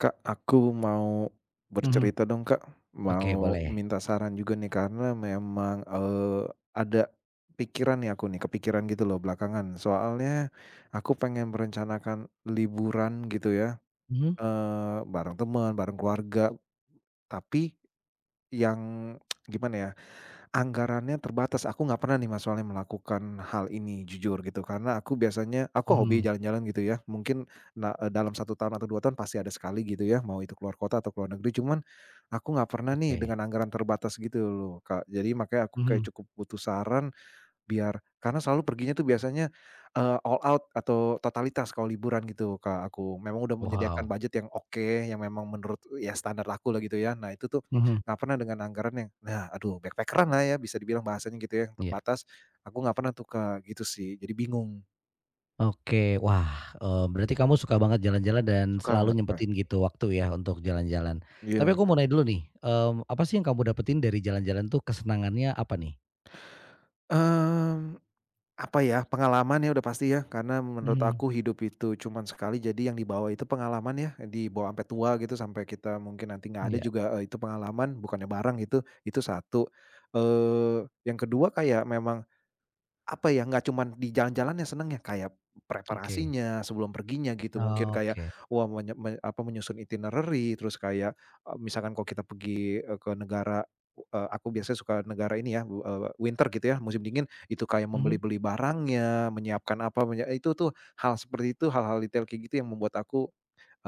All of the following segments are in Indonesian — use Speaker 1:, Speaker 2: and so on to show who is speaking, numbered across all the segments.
Speaker 1: Kak, aku mau
Speaker 2: Mhm.
Speaker 1: bercerita dong, Kak.
Speaker 2: Oke,
Speaker 1: Mau
Speaker 2: boleh.
Speaker 1: minta saran juga nih karena memang, ada pikiran nih aku nih, kepikiran gitu loh belakangan. Soalnya aku pengen merencanakan liburan gitu ya,
Speaker 2: Mhm
Speaker 1: bareng teman, bareng keluarga, tapi yang gimana ya, anggarannya terbatas. Aku nggak pernah nih Mas soalnya melakukan hal ini jujur gitu, karena aku biasanya hobi
Speaker 2: mhm.
Speaker 1: jalan-jalan gitu ya. Mungkin dalam satu tahun atau 2 tahun pasti ada sekali gitu ya, mau itu keluar kota atau keluar negeri, cuman aku nggak pernah nih
Speaker 2: Oke.
Speaker 1: dengan anggaran terbatas gitu loh, Kak. Jadi makanya aku kayak
Speaker 2: Mhm.
Speaker 1: cukup butuh saran, biar karena selalu perginya tuh biasanya all out atau totalitas kalau liburan gitu, Kak, aku. Memang udah menyediakan
Speaker 2: Wow.
Speaker 1: budget yang oke, yang memang menurut, ya standar aku lah gitu ya. Nah itu tuh
Speaker 2: Mhm.
Speaker 1: nggak pernah dengan anggaran yang nah aduh backpacker-an lah ya bisa dibilang bahasanya gitu ya, yang
Speaker 2: Iya.
Speaker 1: terbatas. Aku nggak pernah tuh, Kak, gitu sih. Jadi bingung.
Speaker 2: Oke. Wah, berarti kamu suka banget jalan-jalan dan selalu
Speaker 1: Suka, Kak.
Speaker 2: nyempetin gitu waktu ya untuk jalan-jalan. Tapi
Speaker 1: Iya,
Speaker 2: aku mau
Speaker 1: Kak.
Speaker 2: nanya dulu nih. Apa sih yang kamu dapetin dari jalan-jalan tuh kesenangannya apa nih?
Speaker 1: Mmm. Apa ya, pengalaman ya udah pasti ya, karena menurut
Speaker 2: Mhm.
Speaker 1: aku hidup itu cuman sekali, jadi yang dibawa itu pengalaman ya, dibawa sampai tua gitu, sampai kita mungkin nanti nggak ada
Speaker 2: Iya.
Speaker 1: juga, itu pengalaman, bukannya barang gitu, itu satu. Yang kedua kayak memang apa ya, nggak cuman di jalan-jalannya ya, kayak
Speaker 2: Oke.
Speaker 1: preparasinya, sebelum perginya gitu mungkin kayak,
Speaker 2: Oke.
Speaker 1: wah menye me apa, menyusun itinerary. Terus kayak, misalkan kalau kita pergi ke negara, aku biasanya suka negara ini ya, winter gitu ya, musim dingin, itu kayak
Speaker 2: Mhm.
Speaker 1: membeli-beli barangnya, menyiapkan apa, menye itu tuh hal seperti itu, hal-hal detail kayak gitu yang membuat aku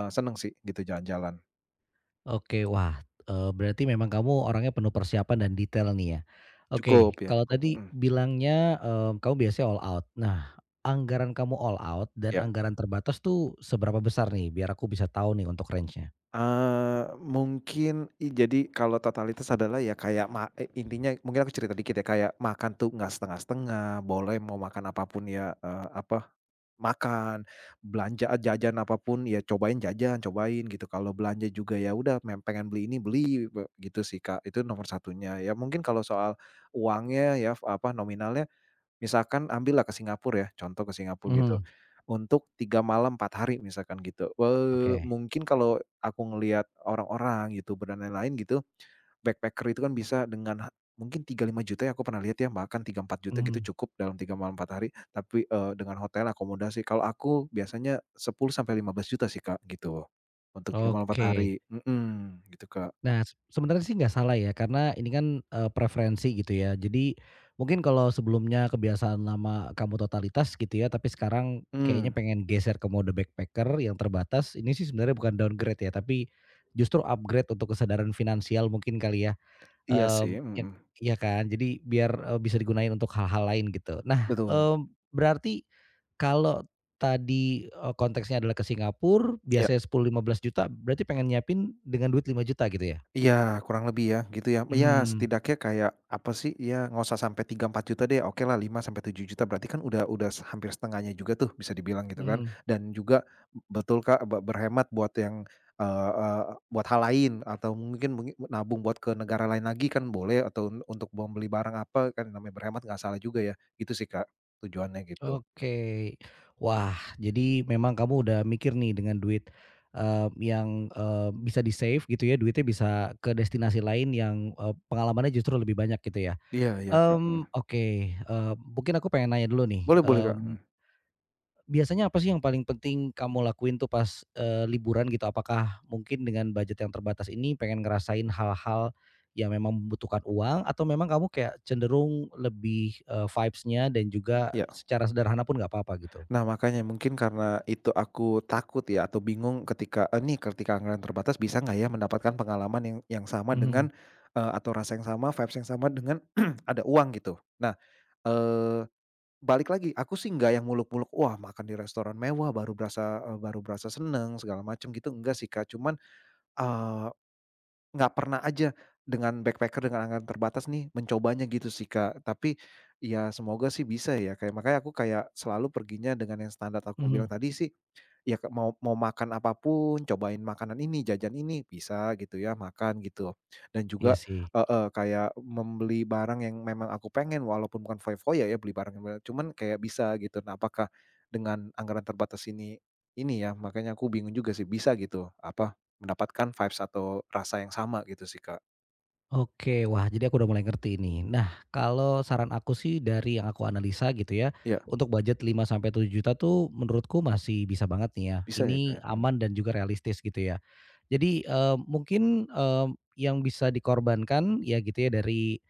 Speaker 1: seneng sih gitu jalan-jalan.
Speaker 2: Oke, wah, berarti memang kamu orangnya penuh persiapan dan detail nih ya.
Speaker 1: Cukup
Speaker 2: Oke,
Speaker 1: ya,
Speaker 2: kalau
Speaker 1: cukup,
Speaker 2: tadi
Speaker 1: mhm,
Speaker 2: bilangnya, kamu biasanya all out. Nah, anggaran kamu all out dan
Speaker 1: iya.
Speaker 2: anggaran terbatas tuh seberapa besar nih? Biar aku bisa tahu nih untuk range-nya.
Speaker 1: Mungkin jadi kalau totalitas adalah ya kayak ma e intinya mungkin aku cerita dikit ya, kayak makan tuh nggak setengah-setengah, boleh mau makan apa pun ya, makan, jajan apa pun ya cobain jajan, cobain gitu. Kalau belanja juga ya udah pengen beli ini beli, gitu sih Kak, itu nomor satunya. Ya mungkin kalau soal uangnya ya, nominalnya misalkan ambillah ke Singapura ya, contoh ke Singapura gitu,
Speaker 2: Mhm,
Speaker 1: untuk 3 malam 4 hari misalkan gitu.
Speaker 2: oke,
Speaker 1: Mungkin kalau aku ngelihat orang-orang, YouTuber dan lain-lain gitu, backpacker itu kan bisa dengan ha mungkin 3-5 juta ya aku pernah lihat ya, bahkan 3-4 juta
Speaker 2: mhm,
Speaker 1: gitu cukup dalam 3 malam 4 hari, tapi dengan hotel, akomodasi. Kalau aku biasanya 10 sampai 15 juta sih, Kak, gitu, untuk 3 malam 4
Speaker 2: oke.
Speaker 1: hari, mhm, gitu, Kak.
Speaker 2: Nah, sebenarnya sih nggak salah ya, karena ini kan, preferensi gitu ya. Jadi mungkin kalau sebelumnya kebiasaan lama kamu totalitas gitu ya, tapi sekarang kayaknya
Speaker 1: Mmm,
Speaker 2: pengen geser ke mode backpacker yang terbatas, ini sih sebenarnya bukan downgrade ya, tapi justru upgrade untuk kesadaran finansial mungkin kali ya,
Speaker 1: iya sih,
Speaker 2: mmm, yak
Speaker 1: mhm,
Speaker 2: iya kan? Jadi biar, bisa digunain untuk hal-hal lain gitu. Nah,
Speaker 1: betul,
Speaker 2: berarti kalau tadi, konteksnya adalah ke Singapura,
Speaker 1: iya.
Speaker 2: biasanya 10-15 juta, berarti pengen nyiapin dengan duit 5 juta gitu ya?
Speaker 1: Iya, kurang lebih ya, gitu ya. Ya,
Speaker 2: Mhm
Speaker 1: setidaknya kayak apa sih, ya nggak usah sampai 3-4 juta deh, oke lah 5 sampai 7 juta, berarti kan udah hampir setengahnya juga tuh bisa dibilang gitu kan.
Speaker 2: mhm,
Speaker 1: Dan juga betul Kak, berhemat buat yang, eee eee, buat hal lain atau mungkin mungkin nabung buat ke negara lain lagi kan boleh atau untuk membeli barang apa, kan namanya berhemat nggak salah juga ya. Gitu sih Kak, tujuannya gitu.
Speaker 2: oke. Wah, jadi memang kamu udah mikir nih dengan duit, yang, bisa di-save gitu ya, duitnya bisa ke destinasi lain yang, pengalamannya justru lebih banyak gitu ya?
Speaker 1: Iya iya Kak, mhm.
Speaker 2: Oke, mungkin aku pengen nanya dulu nih.
Speaker 1: Boleh boleh Kak, mhm,
Speaker 2: Biasanya apa sih yang paling penting kamu lakuin tuh pas, liburan gitu? Apakah mungkin dengan budget yang terbatas ini pengen ngerasain hal-hal yang memang membutuhkan uang atau memang kamu kayak cenderung lebih, vibes-nya dan juga
Speaker 1: iya.
Speaker 2: secara sederhana pun nggak apa-apa gitu?
Speaker 1: Nah, makanya mungkin karena itu aku takut ya atau bingung ketika, eh nih ketika anggaran terbatas bisa nggak ya mendapatkan pengalaman yang sama
Speaker 2: Mhm
Speaker 1: dengan, atau rasa yang sama, vibes yang sama dengan ada uang gitu. Nah, eee, balik lagi aku sih nggak yang muluk-muluk, wah makan di restoran mewah baru berasa, baru berasa seneng segala macam gitu, enggak sih Kak. Eh, Nggak pernah aja dengan backpacker dengan anggaran terbatas nih mencobanya gitu sih, Kak. Tapi ya semoga sih bisa ya, kayak makanya aku kayak selalu perginya dengan yang standar aku bilang
Speaker 2: mhm.
Speaker 1: tadi sih. Ya ke mau mau makan apapun cobain makanan ini, jajan ini, bisa gitu ya, makan gitu. Dan
Speaker 2: Iya
Speaker 1: juga
Speaker 2: sih.
Speaker 1: heeh, kayak membeli barang yang memang aku pengen walaupun bukan foya-foya ya, beli barang yang banyak, cuman kayak bisa gitu. Nah, apakah dengan anggaran terbatas ini ya, makanya aku bingung juga sih bisa gitu, apa, mendapatkan vibes atau rasa yang sama gitu sih, Kak.
Speaker 2: Oke, wah jadi aku udah mulai ngerti ini. Nah, kalau saran aku sih dari yang aku analisa gitu ya,
Speaker 1: Ya
Speaker 2: untuk budget 5 sampai 7 juta tuh menurutku masih bisa banget nih ya.
Speaker 1: bisa ya,
Speaker 2: Ini
Speaker 1: Kak. Hmm.
Speaker 2: aman dan juga realistis gitu ya. Jadi, mungkin, yang bisa dikorbankan ya gitu ya dari,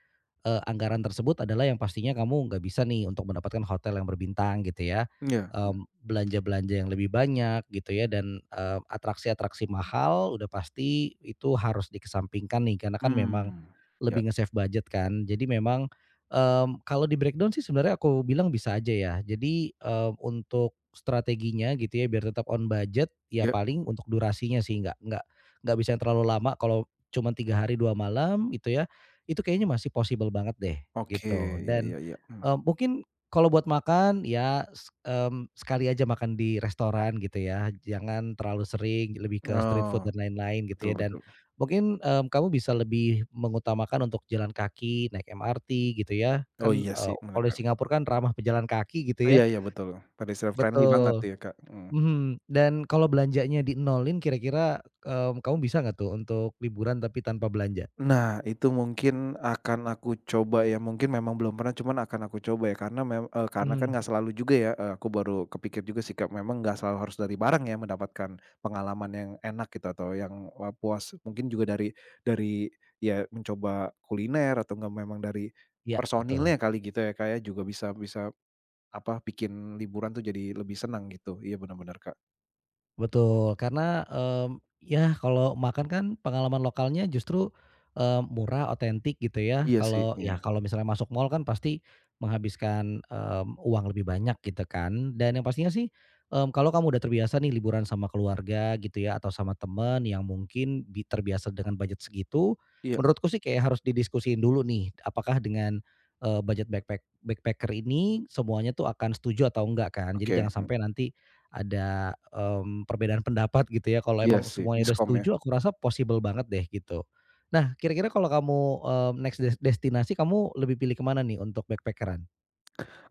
Speaker 2: anggaran tersebut adalah yang pastinya kamu nggak bisa nih untuk mendapatkan hotel yang berbintang gitu ya,
Speaker 1: Ya? Hmm, ya ya,
Speaker 2: belanja-belanja yang lebih banyak gitu ya dan, atraksi-atraksi mahal udah pasti itu harus dikesampingkan nih karena kan memang lebih nge-save budget kan. Jadi memang, kalau di-breakdown sih sebenarnya aku bilang bisa aja ya. Jadi, untuk strateginya gitu ya biar tetap on budget, ya paling untuk durasinya sih nggak bisa yang terlalu lama kalau cuma 3 hari 2 malam gitu ya, itu kayaknya masih possible banget deh
Speaker 1: oke,
Speaker 2: gitu
Speaker 1: ya
Speaker 2: dan,
Speaker 1: ya ya, mmm,
Speaker 2: mungkin kalau buat makan ya sekali aja makan di restoran gitu ya, jangan terlalu sering, lebih ke street food
Speaker 1: oh,
Speaker 2: dan lain-lain
Speaker 1: betul
Speaker 2: gitu ya dan
Speaker 1: betul.
Speaker 2: mungkin, kamu bisa lebih mengutamakan untuk jalan kaki, naik MRT gitu ya,
Speaker 1: Oh,
Speaker 2: kan,
Speaker 1: iya sih,
Speaker 2: kalau
Speaker 1: mereka.
Speaker 2: di Singapura kan ramah pejalan kaki gitu ya,
Speaker 1: Iya iya betul, pedestrian friendly banget
Speaker 2: betul.
Speaker 1: tuh ya, Kak, mhm.
Speaker 2: Mhm, dan kalau belanjanya di-nolin kira-kira, kamu bisa nggak tuh untuk liburan tapi tanpa belanja?
Speaker 1: Nah, itu mungkin akan aku coba ya, mungkin memang belum pernah, cuman akan aku coba ya, karena karena kan
Speaker 2: Mhm,
Speaker 1: nggak selalu juga ya, aku baru kepikir juga sih, Kak, memang nggak selalu harus dari barang ya mendapatkan pengalaman yang enak gitu atau yang, puas. Mungkin juga dari ya mencoba kuliner atau enggak memang dari
Speaker 2: iya betul.
Speaker 1: personilnya kali gitu ya, Kak, ya, juga bisa bisa apa, bikin liburan tuh jadi lebih senang gitu. Iya bener bener, Kak.
Speaker 2: Betul, karena, ya kalau makan kan pengalaman lokalnya justru, murah, otentik gitu ya.
Speaker 1: Iya sih,
Speaker 2: Kalau
Speaker 1: iya.
Speaker 2: ya kalau misalnya masuk mall kan pasti menghabiskan, uang lebih banyak gitu kan. Dan yang pastinya sih, kalau kamu udah terbiasa nih liburan sama keluarga gitu ya atau sama temen yang mungkin terbiasa dengan budget segitu,
Speaker 1: Iya,
Speaker 2: menurutku sih kayak harus didiskusiin dulu nih, apakah dengan, budget backpacker ini semuanya tuh akan setuju atau enggak kan. Jadi
Speaker 1: oke.
Speaker 2: jangan sampai nanti ada, perbedaan pendapat gitu ya, kalau
Speaker 1: Iya
Speaker 2: emang
Speaker 1: sih,
Speaker 2: semuanya udah
Speaker 1: miskom ya,
Speaker 2: setuju aku rasa possible banget deh gitu. Nah kira-kira kalau kamu, next destinasi kamu lebih pilih kemana nih untuk backpackeran?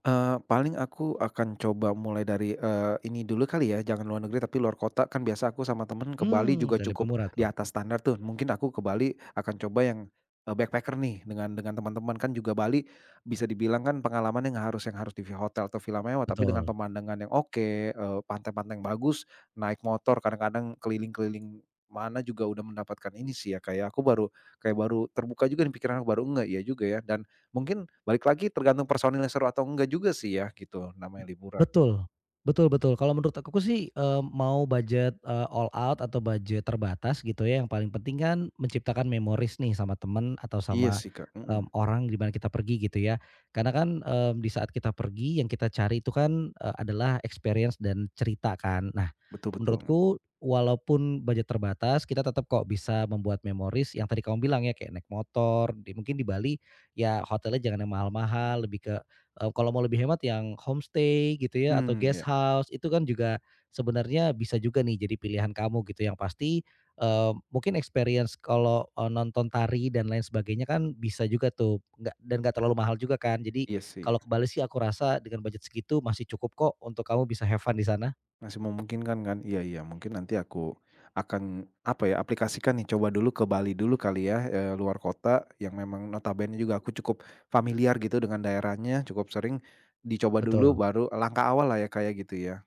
Speaker 1: paling aku akan coba mulai dari, ini dulu kali ya, jangan luar negeri tapi luar kota, kan biasa aku sama temen ke
Speaker 2: Hmm.
Speaker 1: Bali juga
Speaker 2: Lebih
Speaker 1: cukup
Speaker 2: murah
Speaker 1: di
Speaker 2: tuh,
Speaker 1: atas standar tuh. Mungkin aku ke Bali akan coba yang, backpacker nih dengan teman-teman, kan juga Bali bisa dibilang kan pengalaman yang nggak harus yang harus di hotel atau villa mewah, tapi dengan
Speaker 2: betul.
Speaker 1: pemandangan yang oke, pantai-pantai yang bagus, naik motor kadang-kadang keliling-keliling mana juga udah mendapatkan ini sih ya, Kak, ya, aku baru kayak baru terbuka juga nih pikiran aku, baru ngeh, iya juga ya, dan mungkin balik lagi tergantung personilnya seru atau enggak juga sih ya gitu, namanya liburan.
Speaker 2: Betul, betul betul. Kalau menurut aku sih, mau budget, all out atau budget terbatas gitu ya, yang paling penting kan menciptakan memories nih sama temen atau
Speaker 1: Iya
Speaker 2: sama,
Speaker 1: sih, Kak, mhm,
Speaker 2: orang di mana kita pergi gitu ya. Karena kan, di saat kita pergi yang kita cari itu kan, adalah experience dan cerita kan. Nah,
Speaker 1: betul betul,
Speaker 2: menurutku walaupun budget terbatas, kita tetap kok bisa membuat memories yang tadi kamu bilang ya, kayak naik motor, mungkin di Bali ya hotelnya jangan yang mahal-mahal, lebih ke, kalau mau lebih hemat yang homestay gitu ya atau
Speaker 1: mmm,
Speaker 2: guest
Speaker 1: iya
Speaker 2: house, itu kan juga sebenarnya bisa juga nih jadi pilihan kamu gitu. Yang pasti, mungkin experience kalau, nonton tari dan lain sebagainya kan bisa juga tuh, nggak dan nggak terlalu mahal juga kan. Jadi
Speaker 1: iya sih,
Speaker 2: kalau ke Bali sih aku rasa dengan budget segitu masih cukup kok untuk kamu bisa have fun di sana.
Speaker 1: masih memungkinkan kan? Iya iya, mungkin nanti aku akan, apa ya, aplikasikan nih, coba dulu ke Bali dulu kali ya, luar kota yang memang notabene juga aku cukup familiar gitu dengan daerahnya, cukup sering, dicoba dulu
Speaker 2: Betul.
Speaker 1: baru langkah awal lah ya, Kak, ya gitu ya?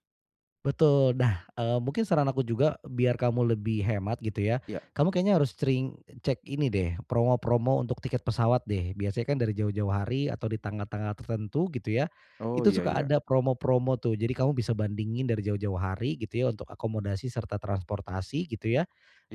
Speaker 2: Betul. Nah, mungkin saran aku juga biar kamu lebih hemat gitu ya,
Speaker 1: Iya,
Speaker 2: kamu kayaknya harus sering cek ini deh, promo-promo untuk tiket pesawat deh. Biasanya kan dari jauh-jauh hari atau di tanggal-tanggal tertentu gitu ya,
Speaker 1: oh
Speaker 2: itu
Speaker 1: iya
Speaker 2: suka
Speaker 1: iya,
Speaker 2: ada promo-promo tuh. Jadi kamu bisa bandingin dari jauh-jauh hari gitu ya untuk akomodasi serta transportasi gitu ya.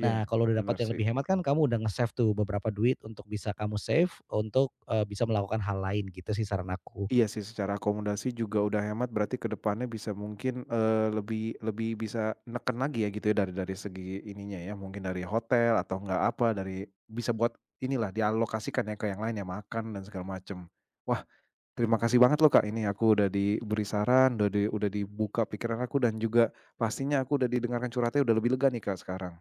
Speaker 1: iya,
Speaker 2: kalau udah
Speaker 1: bener
Speaker 2: dapat yang
Speaker 1: sih.
Speaker 2: lebih hemat kan kamu udah nge-save tuh beberapa duit untuk bisa kamu save untuk, bisa melakukan hal lain gitu sih saran aku.
Speaker 1: Iya sih secara akomodasi juga udah hemat berarti ke depannya bisa mungkin, lebih lebih bisa neken lagi ya gitu ya dari segi ininya ya mungkin dari hotel atau enggak apa dari bisa buat inilah dialokasikan ya ke yang lain ya makan dan segala macem. Wah terima kasih banget loh Kak, ini aku udah diberi saran, udah dibuka pikiran aku dan juga pastinya aku udah didengarkan curhatnya, udah lebih lega nih Kak sekarang.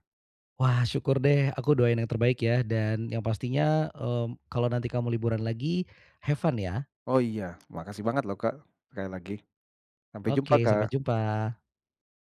Speaker 2: Wah, syukur deh, aku doain yang terbaik ya, dan yang pastinya, kalau nanti kamu liburan lagi, have fun ya.
Speaker 1: Oh iya makasih banget loh Kak sekali lagi. Sampai jumpa
Speaker 2: Oke, sampai
Speaker 1: Kak.
Speaker 2: jumpa.